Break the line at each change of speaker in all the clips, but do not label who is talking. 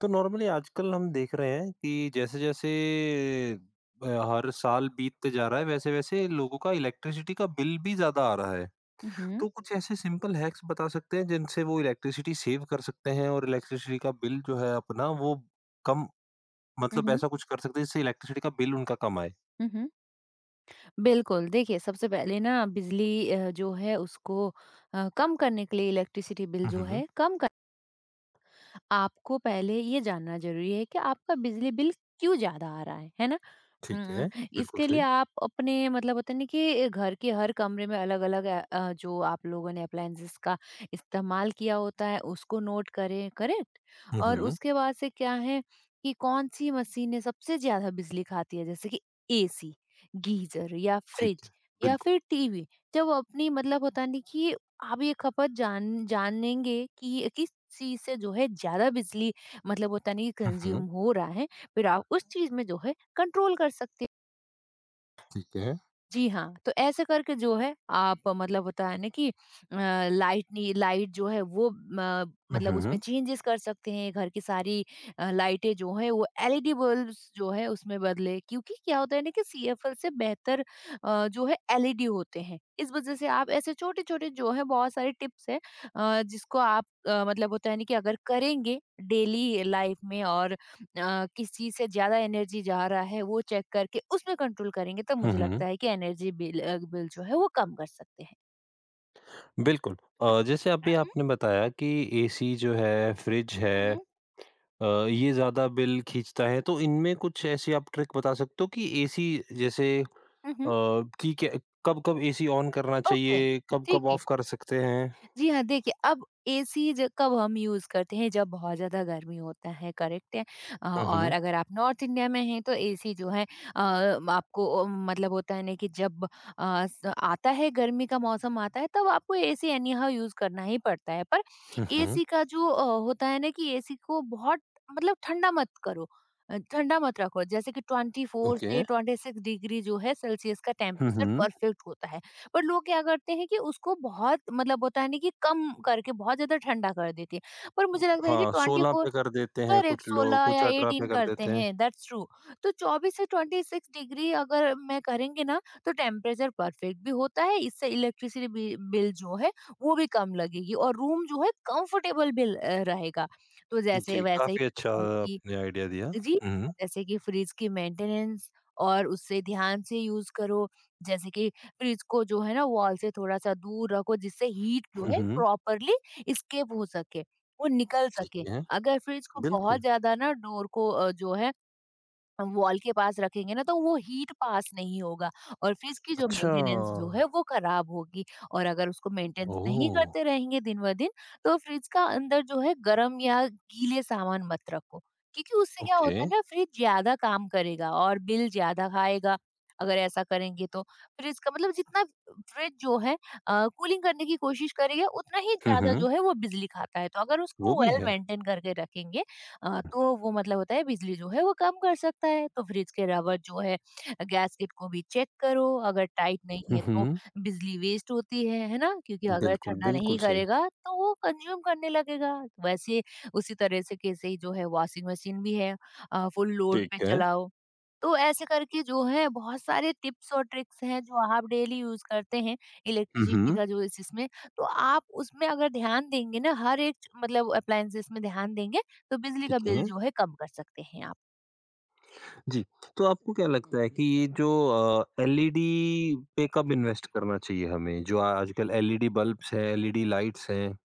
तो नॉर्मली आजकल हम देख रहे हैं कि जैसे-जैसे हर साल बीतते जा रहा है, वैसे-वैसे लोगों का इलेक्ट्रिसिटी का बिल भी ज़्यादा आ रहा है।
हुँ,
तो कुछ ऐसे सिंपल हैक्स बता सकते हैं जिनसे वो इलेक्ट्रिसिटी सेव कर सकते हैं और इलेक्ट्रिसिटी का बिल जो है अपना वो कम, मतलब
हुँ,
ऐसा कुछ कर सकते हैं जिससे इलेक्ट्रिसिटी का बिल उनका कम आए?
हुँ, हुँ। बिल्कुल, देखिए सबसे पहले ना बिजली जो है उसको कम करने के लिए इलेक्ट्रिसिटी बिल
हुँ,
जो
हुँ।
है कम कर। आपको पहले ये जानना ज़रूरी है कि आपका बिजली बिल क्यों ज़्यादा आ रहा है ना?
ठीक है।
हुँ।
बिल्कुल
इसके लिए
सही।
आप अपने मतलब होता है ना कि घर के हर कमरे में अलग-अलग जो आप लोगों ने अप्लायंसेस का इस्तेमाल किया होता है, उसको नोट करें, करेक्ट?
हुँ,
और
हुँ।
उसके बाद से क्या है कि कौन-सी मशीनें सबसे ज़्यादा बिजली खाती है, जैसे कि एसी, गीज़र या
ठीक
फ्रिज
है।
या
बिल्कुल।
फिर टीवी? जब अपनी मतलब होता है ना कि आप ये खपत जानेंगे कि ये किस चीज़ से जो है ज़्यादा बिजली मतलब होता नहीं कि
हुँ,
कंज़्यूम
हुँ।
हो रहा है, फिर आप उस चीज़ में जो है कंट्रोल कर सकती हैं।
ठीक है।
जी हाँ, तो ऐसे करके जो है आप मतलब होता है ना कि लाइट जो है वो म
हुँ,
मतलब उसमें
हुँ।
चेंजेस कर सकते हैं, घर की सारी लाइटें जो हैं वो एलईडी बल्ब्स जो है उसमें बदलें, क्योंकि क्या होता है ना कि सीएफएल से बेहतर जो है एलईडी होते हैं। इस वजह से आप ऐसे छोटे-छोटे जो है बहुत सारे टिप्स हैं जिसको आप मतलब होता है ना कि अगर करेंगे डेली लाइफ में और किस चीज़ से ज़्यादा एनर्जी जा रहा है वो चेक करके उसमें कंट्रोल करेंगे, तब
हुँ,
मुझे
हुँ।
लगता है कि एनर्जी बिल जो है वो कम कर सकते हैं।
बिल्कुल। जैसे
हुँ,
अभी
हुँ।
आपने बताया कि एसी जो है, फ्रिज
हुँ,
है,
हुँ।
ये ज़्यादा बिल खींचता है, तो इनमें कुछ ऐसी आप ट्रिक बता सकते हो कि एसी जैसे,
हुँ, हुँ।
कि क्या कब-कब एसी ऑन करना
ओके,
चाहिए,
ठीक
कब-कब
है।
ऑफ कर सकते हैं?
जी हाँ, देखिए अब एसी ज कब हम यूज़ करते हैं, जब बहुत ज़्यादा गर्मी होता है, करेक्ट है।
हुँ,
और
हुँ।
अगर आप नॉर्थ इंडिया में हैं तो एसी जो है आपको मतलब होता है ना कि जब अ, स आता है, गर्मी का मौसम आता है, तब आपको एसी एनी हाउ यूज़ करना ही पड़ता है। पर
हुँ, हुँ।
एसी का जो होता है ना कि एसी को बहुत मतलब ठंडा मत करो, ठंडा मत रखो, जैसे कि 24
ओके।
से 26 डिग्री जो है सेल्सियस का
हुँ,
टेम्परेचर
हुँ।
परफेक्ट होता है। पर लोग क्या करते हैं कि उसको बहुत मतलब होता है ना कि कम करके बहुत ज़्यादा ठंडा कर देते हैं। पर मुझे लगता है कि
हाँ, 16
24।
पे कर देते हैं
करेक्ट,
कुछ लोग,
16
कुछ
या
18 पे
18
कर
करते
देते हैं।
हैं, दैट्स ट्रू। तो 24 से 26 डिग्री अगर मैं करेंगे ना तो टेम्परेचर परफेक्ट भी होता है, इससे इलेक्ट्रिसिटी बि बिल जो है वो भी कम लगेगी और रूम जो है कंफर्टेबल भी ल रहेगा। तो जैसे
जी,
वैसे ही
काफ़ी अच्छा आपने आइडिया दिया।
जी।
हुँ, हुँ।
जैसे कि फ्रिज की मेंटेनेंस और उससे ध्यान से यूज़ करो। जैसे कि फ्रिज को जो है ना वॉल से थोड़ा-सा दूर रखो, जिससे हीट जो
हुँ,
है
हुँ।
प्रॉपरली एस्केप हो सके, वो निकल
ठीक
सके।
है।
अगर फ्रिज को बहुत
बिल्कुल।
ज़्यादा ना डोर को जो है हम वॉल के पास रखेंगे ना, तो वो हीट पास नहीं होगा और फ्रिज की जो
अच्छा।
मेंटेनेंस जो है वो खराब होगी। और अगर उसको मेंटेनेंस नहीं
ओह!
करते रहेंगे दिन ब दिन, तो फ्रिज का अंदर जो है गर्म या गीले सामान मत रखो, क्योंकि उससे क्या
ओके।
होता है ना, फ्रिज ज्यादा काम करेगा और बिल ज्यादा खाएगा। अगर ऐसा करेंगे तो फ्रिज का मतलब जितना फ्रिज जो है कूलिंग करने की कोशिश करेगा उतना ही
हुँ,
ज्यादा
हुँ।
जो है वो बिजली खाता है। तो अगर
वो
उसको
भी
वेल
है।
मेंटेन करके रखेंगे तो वो मतलब होता है बिजली जो है वो कम कर सकता है। तो फ्रिज के रबर जो है गैसकेट को भी चेक करो, अगर टाइट नहीं
हुँ,
है तो
हुँ।
बिजली वेस्ट होती है ना? क्योंकि अगर
बिल्कुल,
ठंडा
बिल्कुल
नहीं
सही।
करेगा तो वो कंज्यूम करने लगेगा। वैसे उसी तरह से कैसे ही जो है वॉशिंग मशीन भी है, फुल लोड पे
ठीक है।
चलाओ। तो ऐसे करके जो है बहुत सारे टिप्स और ट्रिक्स हैं जो आप डेली यूज करते हैं
हुँ,
इलेक्ट्रिसिटी
हुँ।
का जो इस इसमें तो आप उसमें अगर ध्यान देंगे ना हर एक मतलब अप्लायंसेस में ध्यान देंगे तो बिजली का
ठीक
बिल
है।
जो है कम कर सकते हैं आप।
जी, तो आपको क्या लगता है कि ये जो एलईडी पे कब इन्वेस्ट करना चाहिए हमें? जो आजकल एलईडी बल्ब्स हैं, एलईडी लाइट्स हैं,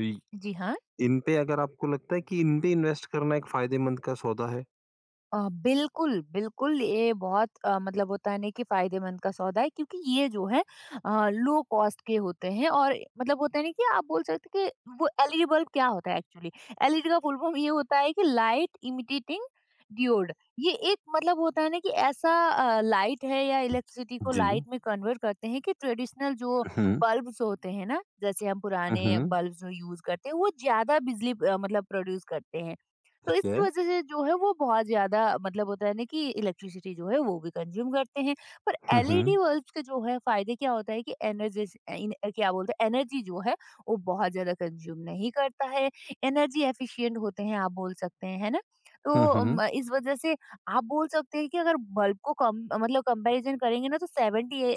इ
जी हाँ।
इन पे अगर आपको लगता है कि इन पे इन्वेस्ट करना एक फ़ायदेमंद का सौदा है?
अ, बिल्कुल, बिल्कुल ये बहुत मतलब होता है ना कि फ़ायदेमंद का सौदा है, क्योंकि ये जो है लो कॉस्ट के होते हैं, और मतलब होता है ना कि आप बोल सकते हैं कि वो एलईडी बल्ब क्या होता है एक्चुअली? एलईडी का फुल फॉर्म ये होता है कि लाइट इमिटेटिंग डियोड। ये एक मतलब होता है ना कि ऐसा लाइट है या इलेक्ट्रिसिटी को
जी।
लाइट में कन्वर्ट करते हैं कि ट्रेडिशनल जो
हुँ,
बल्ब्स होते हैं ना, जैसे हम
हुँ,
पुराने
हुँ।
बल्ब्स जो यूज़ करते हैं, वो ज़्यादा बिजली मतलब प्रोड्यूस करते हैं। तो
ठीक है।
इसकी वजह से जो है वो बहुत ज़्यादा मतलब होता है ना कि इलेक्ट्रिसिटी जो है वो भी कंज्यूम करते हैं। पर
हुँ,
एलईडी
हुँ।
बल्ब्स के जो है फ़ायदे क्या होता है कि एनर्जी स इन क्या बोलते हैं, एनर्जी जो है वो बहुत ज़्यादा कंज्यूम नहीं करता है, एनर्जी एफ़िशिएंट होते हैं आप बोल सकते हैं, है ना? तो
हुँ, हुँ।
इस वजह से आप बोल सकते हैं कि अगर बल्ब को कम मतलब कंपैरिज़न करेंगे ना तो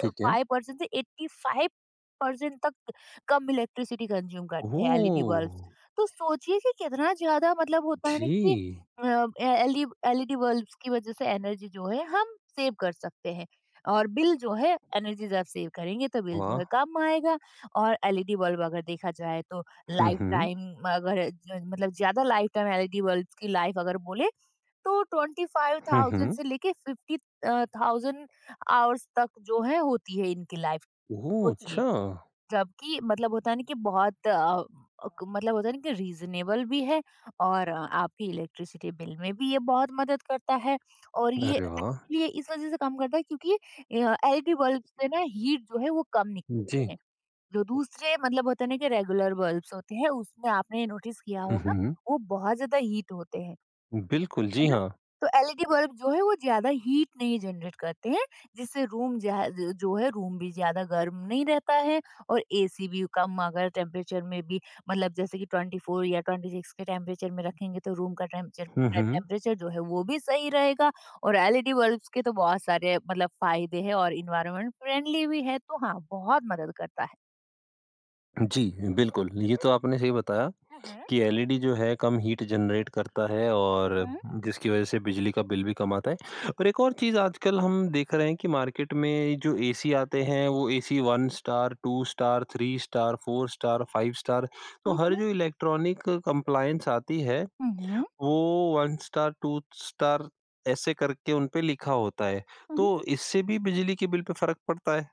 ठीक है।
से 85% तक कम इलेक्ट्रिसिटी कंज्यूम करते हैं एलईडी
ओह!
बल्ब्स। तो सोचिए कि कितना ज़्यादा मतलब होता है ना कि
जी।
अ, एलईडी बल्ब्स की वजह से एनर्जी जो है हम सेव कर सकते हैं और बिल जो है एनर्जी जब सेव करेंगे तो बिल जो है
वाह!
कम आएगा। और एलईडी बल्ब अगर देखा जाए तो
हुँ,
लाइफ
हुँ।
टाइम, अगर मतलब ज्यादा लाइफ टाइम, एलईडी बल्ब की लाइफ अगर बोले तो ट्वेंटी फाइव
हुँ,
थाउजेंड
हुँ।
से लेके 50,000 आवर्स तक जो है होती है इनकी लाइफ।
ओह!
सोचिए,
अच्छा।
जबकि मतलब होता है ना कि बहुत मतलब होता है ना कि रीजनेबल भी है और आपकी इलेक्ट्रिसिटी बिल में भी ये बहुत मदद करता है और ये
अरे वाह!
लिए इस वजह से काम करता है, क्योंकि एलईडी बल्ब से ना हीट जो है वो कम
जी।
निकलते हैं। जो दूसरे मतलब होते हैं ना कि रेगुलर बल्ब्स होते हैं उसमें आपने नोटिस किया
हुँ,
होगा,
हुँ।
वो बहुत ज्यादा हीट होते हैं,
बिल्कुल, जी
है ना?
हाँ।
तो एलईडी बल्ब जो है वो ज़्यादा हीट नहीं जनरेट करते हैं, जिससे रूम जा ज जो है रूम भी ज़्यादा गर्म नहीं रहता है, और एसी भी कम अगर टेम्परेचर में भी मतलब जैसे कि 24 या 26 के टेम्परेचर में रखेंगे तो रूम का टेम्परेचर
हुँ, हुँ।
टेम्परेचर जो है वो भी सही रहेगा। और एलईडी बल्ब्स के तो बहुत सारे मतलब फ़ायदे हैं और एनवायरनमेंट फ्रेंडली भी है, तो हाँ, बहुत मदद करता है।
जी, बिल्कुल, ये तो आपने सही बताया
हुँ, हुँ।
कि एलईडी जो है कम हीट जनरेट करता है, और
हुँ,
जिसकी वज़ह से बिजली का बिल भी कम आता है। और एक और चीज़ आजकल हम देख रहे हैं कि मार्केट में जो एसी आते हैं, वो AC 1 star, 2 star, 3 star, 4 star, 5 star, तो हर
हुँ।
जो इलेक्ट्रॉनिक कंप्लायंस आती है
हुँ, हुँ।
वो 1 स्टार, 2 स्टार ऐसे करके उन पे लिखा होता है।
हुँ, हुँ।
तो इससे भी बिजली के बिल पे फ़र्क पड़ता है?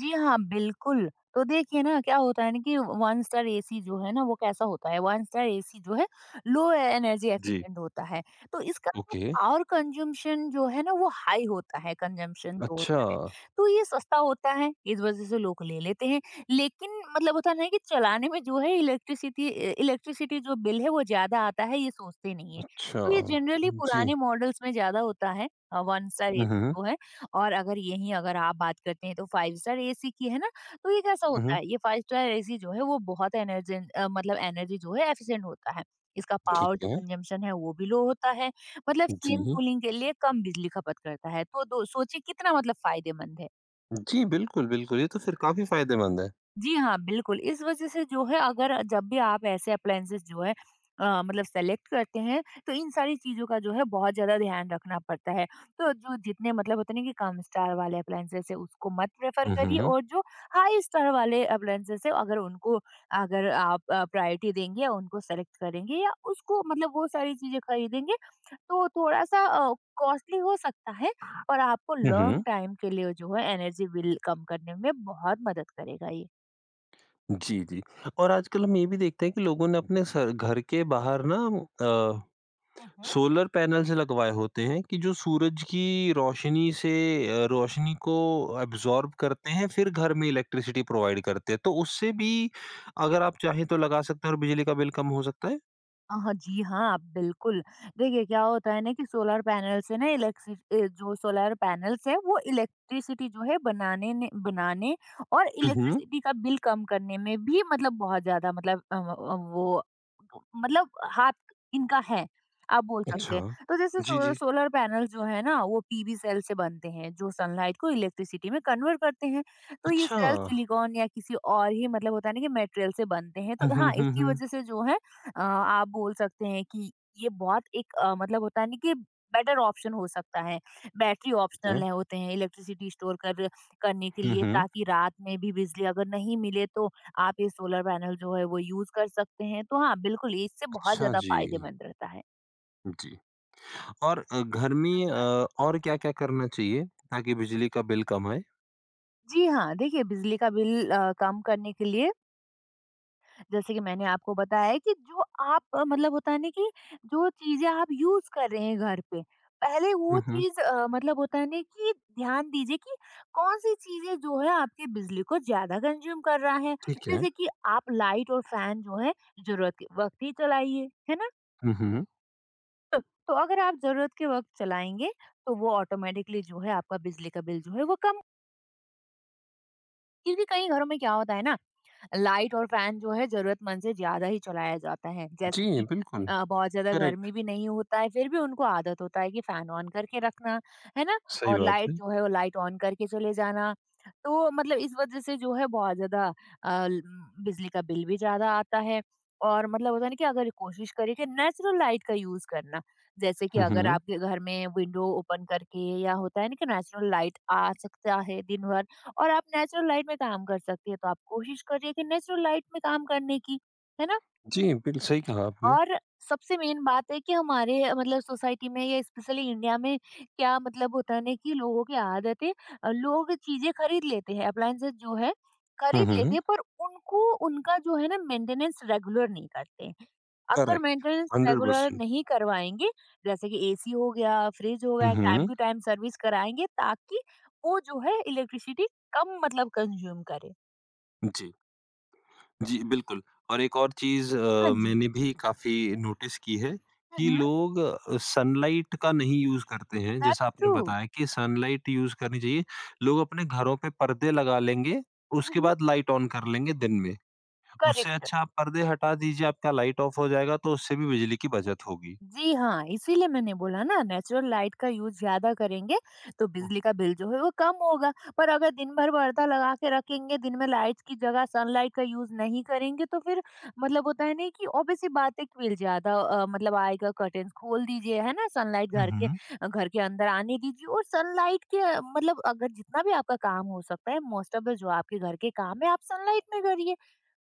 जी हाँ, बिल्कुल। तो देखिए ना क्या होता है ना कि 1 स्टार एसी जो है ना वो कैसा होता है, 1 स्टार एसी जो है लो एनर्जी
जी।
एफिशिएंट होता है। तो इसका जो
ओके।
पावर कंजम्पशन जो है ना वो हाई होता है कंजम्पशन जो
अच्छा,
होता है। तो ये सस्ता होता है, इस वज़ह से लोग ले लेते हैं। लेकिन मतलब होता ना है कि चलाने में जो है इलेक्ट्रिसिटी जो बिल है वो ज़्यादा आता है, ये सोचते नहीं है।
अच्छा।
तो ये जनरली
जी।
पुराने मॉडल्स में ज़्यादा होता है, 1 स्टार
हुँ,
एसी
हुँ।
जो है। और अगर यहीं अगर आप बात करते हैं तो 5 स्टार एसी की, है ना, तो ये कैसा
हुँ,
होता
हुँ।
है, ये 5 स्टार एसी जो है वो बहुत मतलब एनर्जी जो है एफिशिएंट होता है। इसका
ठीक
पावर जो
है।
कंजम्पशन है वो भी लो होता है, मतलब
जी।
सेम कूलिंग के लिए कम बिजली खपत करता है। तो दो सोचिए कितना मतलब फ़ायदेमंद है।
जी, बिल्कुल, बिल्कुल। ये तो फिर काफ़ी फ़ायदेमंद है।
जी हाँ, बिल्कुल। इस वज़ह से जो है अगर जब भी आप ऐसे अप्लायंसेस जो है मतलब सेलेक्ट करते हैं, तो इन सारी चीज़ों का जो है बहुत ज़्यादा ध्यान रखना पड़ता है। तो जो जितने मतलब होते हैं ना कि कम स्टार वाले अप्लायंसेस है उसको मत प्रेफ़र
हुँ,
करिए,
हुँ।
और जो हाई स्टार वाले अप्लायंसेस है अगर उनको, अगर आप प्रायोरिटी देंगे या उनको सेलेक्ट करेंगे या उसको मतलब वो सारी चीज़ें खरीदेंगे, तो थोड़ा-सा कॉस्टली हो सकता है, पर आपको
हुँ, हुँ।
लॉन्ग टाइम के लिए जो है एनर्जी बिल कम करने में बहुत मदद करेगा ये।
जी, जी। और आजकल हम ये भी देखते हैं कि लोगों ने अपने सर घर के बाहर ना अ
मम्म।
सोलर पैनल्स लगवाए होते हैं कि जो सूरज की रोशनी से, रोशनी को एब्जॉर्ब करते हैं, फिर घर में इलेक्ट्रिसिटी प्रोवाइड करते हैं, तो उससे भी अगर आप चाहें तो लगा सकते हैं और बिजली का बिल कम हो सकता है।
जी हाँ, आप बिल्कुल। देखिए क्या होता है ना कि सोलर पैनल से ना इलेक्ट्रिक जो सोलर पैनल्स है वो इलेक्ट्रिसिटी जो है बनाने और
हम्म।
इलेक्ट्रिसिटी का बिल कम करने में भी मतलब बहुत ज्यादा मतलब वो मतलब हाथ इनका है, आप बोल सकते
अच्छा
हैं। तो जैसे
जी। जी।
सोलर पैनल जो है ना वो पीवी सेल से बनते हैं जो सनलाइट को इलेक्ट्रिसिटी में कन्वर्ट करते हैं। तो ये
अच्छा।
सेल सिलिकॉन या किसी और ही मतलब होता है ना कि मटेरियल से बनते हैं,
हम्म,
तो
हम्म,
हाँ
हम्म,
इसकी
हम्म।
वजह से जो है आप बोल सकते हैं कि ये बहुत एक मतलब होता है ना कि बेटर ऑप्शन हो सकता है। बैटरी
ठीक
ऑप्शनल
है।
है, होते हैं इलेक्ट्रिसिटी स्टोर कर करने के
हम्म,
लिए
हम्म।
ताकि रात में भी बिजली अगर नहीं मिले तो आप ये सोलर पैनल जो है वो यूज़ कर सकते हैं। तो हाँ, बिल्कुल ये इससे बहुत
अच्छा
ज़्यादा
जी।
फ़ायदेमंद रहता है।
जी। और घर
हुँ,
में,
हुँ।
और क्या क्या करना चाहिए ताकि बिजली का बिल कम आए।
जी हाँ, देखिए बिजली का बिल कम करने के लिए जैसे कि मैंने आपको बताया है कि जो आप अ, मतलब होता है ना कि जो चीज़ें आप यूज़ कर रहे हैं घर पे, पहले वो
हम्म, हम्म।
चीज़ अ, मतलब होता है ना कि ध्यान दीजिए कि कौन-सी चीज़ें जो है आपकी बिजली को ज़्यादा कंज़्यूम कर रहा है।
ठीक है।
जैसे कि आप लाइट और फ़ैन जो है ज़रूरत के वक़्त ही चलाइए, है ना?
हम्म, हम्म।
तो अगर आप ज़रूरत के वक़्त चलाएँगे, तो वो ऑटोमेटिकली जो है आपका बिजली का बिल जो है वो कम। क्योंकि कई घरों में क्या होता है ना, लाइट और फैन जो है जरूरतमंद से ज्यादा ही चलाया जाता है। जैसे
जी,
कि
बिल्कुल।
बहुत ज्यादा गर्मी
करेक्ट।
भी नहीं होता है फिर भी उनको आदत होता है कि फैन ऑन करके रखना, है ना।
सही
और
बात
लाइट
है।
जो है वो लाइट ऑन करके चले जाना, तो मतलब इस वजह से जो है बहुत ज्यादा बिजली का बिल भी ज्यादा आता है। और मतलब होता है ना कि अगर कोशिश करें कि नेचुरल लाइट का यूज करना, जैसे कि
हम्म,
अगर आपके घर में विंडो ओपन करके या होता है ना कि नेचुरल लाइट आ सकता है दिन भर और आप नेचुरल लाइट में काम कर सकती हैं, तो आप कोशिश करिए कि नेचुरल लाइट में काम करने की, है ना?
जी, बिल सही कहा आपने।
और सबसे मेन बात है कि हमारे मतलब सोसाइटी में या स्पेशली इंडिया में क्या मतलब होता है ना कि लोगों की आदतें। लोग चीजें खरीद लेते हैं अप्लायंसेस जो है
हुँ,
खरीद लेते
हुँ।
हैं, पर उनको उनका जो है ना मेंटेनेंस रेगुलर नहीं करते हैं। अगर
करेक्ट।
Maintenance regular
100%।
नहीं करवाएंगे जैसे कि एसी हो गया फ्रिज हो
हुँ,
गया टाइम
हुँ।
टू टाइम सर्विस कराएंगे ताकि वो जो है इलेक्ट्रिसिटी कम मतलब कंज्यूम करे।
जी, जी, बिल्कुल। और एक और चीज़,
हाँ जी।
मैंने भी काफ़ी नोटिस की है कि
हम्म।
लोग सनलाइट का नहीं यूज़ करते हैं, जैसा
दैट्स
आपने
ट्रू।
बताया कि सनलाइट यूज़ करनी चाहिए। लोग अपने घरों पे पर्दे लगा लेंगे, उसके
हम्म।
बाद लाइट ऑन कर लेंगे दिन में। उससे
करेक्ट।
अच्छा आप पर्दे हटा दीजिए, आपका लाइट ऑफ हो जाएगा, तो उससे भी बिजली की बचत होगी।
जी हाँ, इसीलिए मैंने बोला ना नेचुरल लाइट का यूज़ ज़्यादा करेंगे, तो बिजली का बिल जो है वो कम होगा। पर अगर दिन भर पर्दा लगा के रखेंगे, दिन में लाइट की जगह सनलाइट का यूज़ नहीं करेंगे तो फिर मतलब होता है ना कि ऑब्वियस सी बात है कि बिल ज़्यादा मतलब आएगा। कर्टेन्स खोल दीजिए, है ना? सनलाइट
हुँ, हुँ।
घर के अंदर आने दीजिए और सनलाइट के मतलब अगर जितना भी आपका काम हो सकता है मोस्ट ऑफ़ द जो आपके घर के काम है आप सनलाइट में करिए।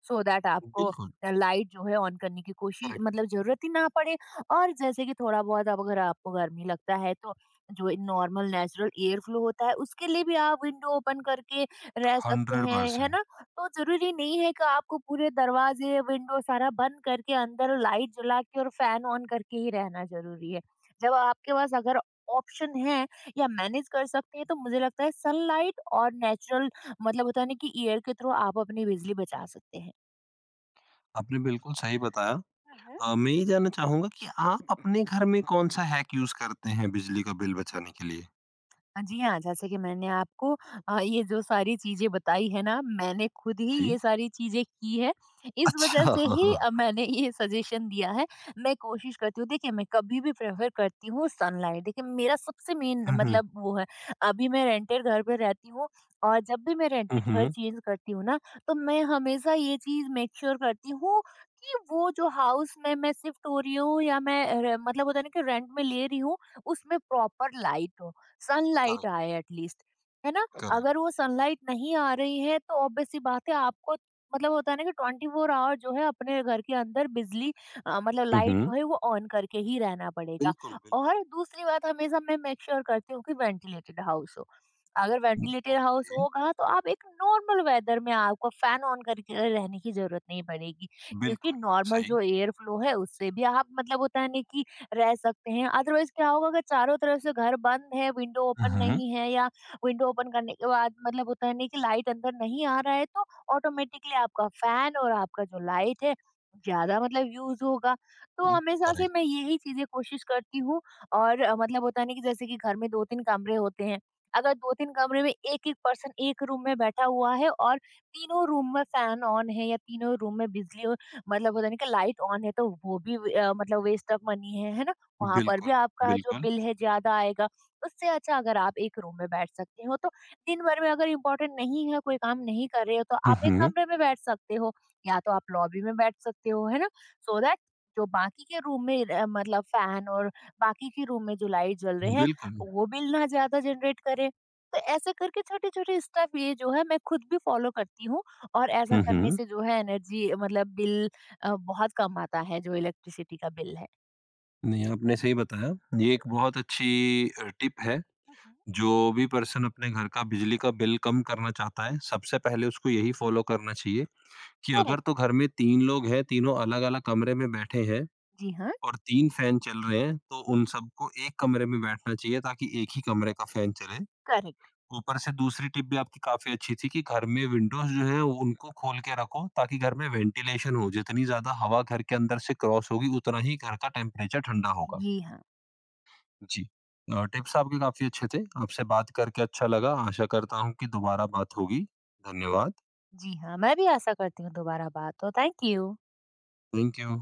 सो दैट आपको
बिल्कुल।
लाइट जो है ऑन करने की कोशिश
करेक्ट।
मतलब जरूरत ही ना पड़े। और जैसे कि थोड़ा बहुत अब अगर आपको गर्मी लगता है तो जो नॉर्मल नेचुरल एयर फ्लो होता है उसके लिए भी आप विंडो ओपन करके रह सकते हैं, है
100%।
ना। तो जरूरी नहीं है कि आपको पूरे दरवाजे विंडो सारा बंद करके अंदर लाइट जला के और फैन ऑन करके ही रहना जरूरी है। जब आपके पास अगर ऑप्शन है या मैनेज कर सकते हैं तो मुझे लगता है सनलाइट और नेचुरल मतलब होता है ना कि एयर के थ्रू आप अपनी बिजली बचा सकते हैं।
आपने बिल्कुल सही बताया।
हुँ।
मैं ये जानना चाहूँगा कि आप अपने घर में कौन-सा हैक यूज़ करते हैं बिजली का बिल बचाने के लिए?
जी हाँ, जैसे कि मैंने आपको ये जो सारी चीज़ें बताई है ना, मैंने खुद ही
जी।
ये सारी चीज़ें की है। इस
अच्छा,
वज़ह से
हाँ,
ही
हाँ।
मैंने ये सजेशन दिया है। मैं कोशिश करती हूँ, देखिए मैं कभी भी प्रेफ़र करती हूँ सनलाइट, देखिए मेरा सबसे मेन
हुँ, हुँ।
मतलब वो है। अभी मैं रेंटेड घर पे रहती हूँ और जब भी मैं
हुँ,
रेंटेड घर
हुँ।
चेंज करती हूँ ना, तो मैं हमेशा ये चीज़ मेक श्योर करती हूँ कि वो जो हाउस में मैं शिफ्ट हो रही हूँ या मैं र मतलब होता है ना कि रेंट में ले रही हूँ, उसमें प्रॉपर लाइट हो। सनलाइट
करेक्ट,
आए एटलीस्ट, है ना?
करेक्ट।
अगर वो सनलाइट नहीं आ रही है तो ऑब्वियस सी बात है आपको मतलब होता है ना कि 24 आवर जो है अपने घर के अंदर बिजली मतलब
हुँ,
लाइट
हुँ।
जो है वो ऑन करके ही रहना पड़ेगा।
बिल्कुल, बिल्कुल।
और दूसरी बात हमेशा मैं मेक श्योर करती हूँ कि वेंटिलेटेड हाउस हो। अगर
हुँ,
वेंटिलेटेड हाउस
ओके।
होगा तो आप एक नॉर्मल वेदर में आपको फैन ऑन करके रहने की ज़रूरत नहीं पड़ेगी, क्योंकि
बिल्कुल,
नॉर्मल
सही।
जो एयर फ्लो है उससे भी आप मतलब होता है ना कि रह सकते हैं। अदरवाइज़ क्या होगा अगर चारों तरफ से घर बंद है, विंडो
हुँ,
ओपन
हुँ।
नहीं है या विंडो ओपन करने के बाद मतलब होता है नहीं कि लाइट अंदर नहीं आ रहा है तो ऑटोमेटिकली आपका फैन और आपका जो लाइट है ज़्यादा मतलब यूज़ होगा। तो हमेशा से
करेक्ट।
मैं यही चीज़ें कोशिश करती हूँ। और मतलब होता है नहीं कि जैसे कि घर में 2-3 कमरे होते हैं। अगर 2-3 कमरे में एक-एक पर्सन एक रूम में बैठा हुआ है और तीनों रूम में फैन ऑन है या तीनों रूम में बिजली मतलब होता नहीं कि लाइट ऑन है तो वो भी मतलब वेस्ट ऑफ मनी है ना। वहां पर भी
बिल्कुल,
आपका जो
बिल्कुल।
बिल है ज्यादा आएगा। उससे अच्छा अगर आप एक रूम में बैठ सकते हो तो दिन भर में अगर इम्पोर्टेंट नहीं है कोई काम नहीं कर रहे हो तो
हुँ,
आप एक
हुँ।
कमरे में बैठ सकते हो, या तो आप लॉबी में बैठ सकते हो, है ना। सो दैट जो बाकी के रूम में मतलब फैन और बाकी के रूम में जो लाइट जल रहे हैं
बिल्कुल।
वो बिल ना ज्यादा जनरेट करे। तो ऐसे करके छोटे छोटे स्टेप ये जो है मैं खुद भी फॉलो करती हूँ और ऐसा
हुँ,
करने
हुँ।
से जो है एनर्जी मतलब बिल बहुत कम आता है जो इलेक्ट्रिसिटी का बिल है।
नहीं, आपने सही बताया। ये एक बहुत अच्छी टिप है।
मम्म।
जो भी पर्सन अपने घर का बिजली का बिल कम करना चाहता है, सबसे पहले उसको यही फ़ॉलो करना चाहिए। कि अगर
करेक्ट।
तो घर में 3 लोग हैं, तीनों अलग-अलग कमरे में बैठे हैं
जी हाँ,
और 3 फैन चल रहे हैं, तो उन सबको एक कमरे में बैठना चाहिए ताकि एक ही कमरे का फैन चले।
करेक्ट।
ऊपर से दूसरी टिप भी आपकी काफ़ी अच्छी थी कि घर में विंडोज़ जो है वो उनको खोल के रखो ताकि घर में वेंटिलेशन हो, जितनी ज़्यादा हवा घर के अंदर से क्रॉस होगी उतना ही घर का टेम्परेचर ठंडा होगा।
जी हाँ,
जी। टिप्स आपके काफ़ी अच्छे थे, आपसे बात करके अच्छा लगा, आशा करता हूँ कि दोबारा बात होगी। धन्यवाद।
जी हाँ। मैं भी आशा करती हूँ दोबारा बात हो। Thank you.
Thank you.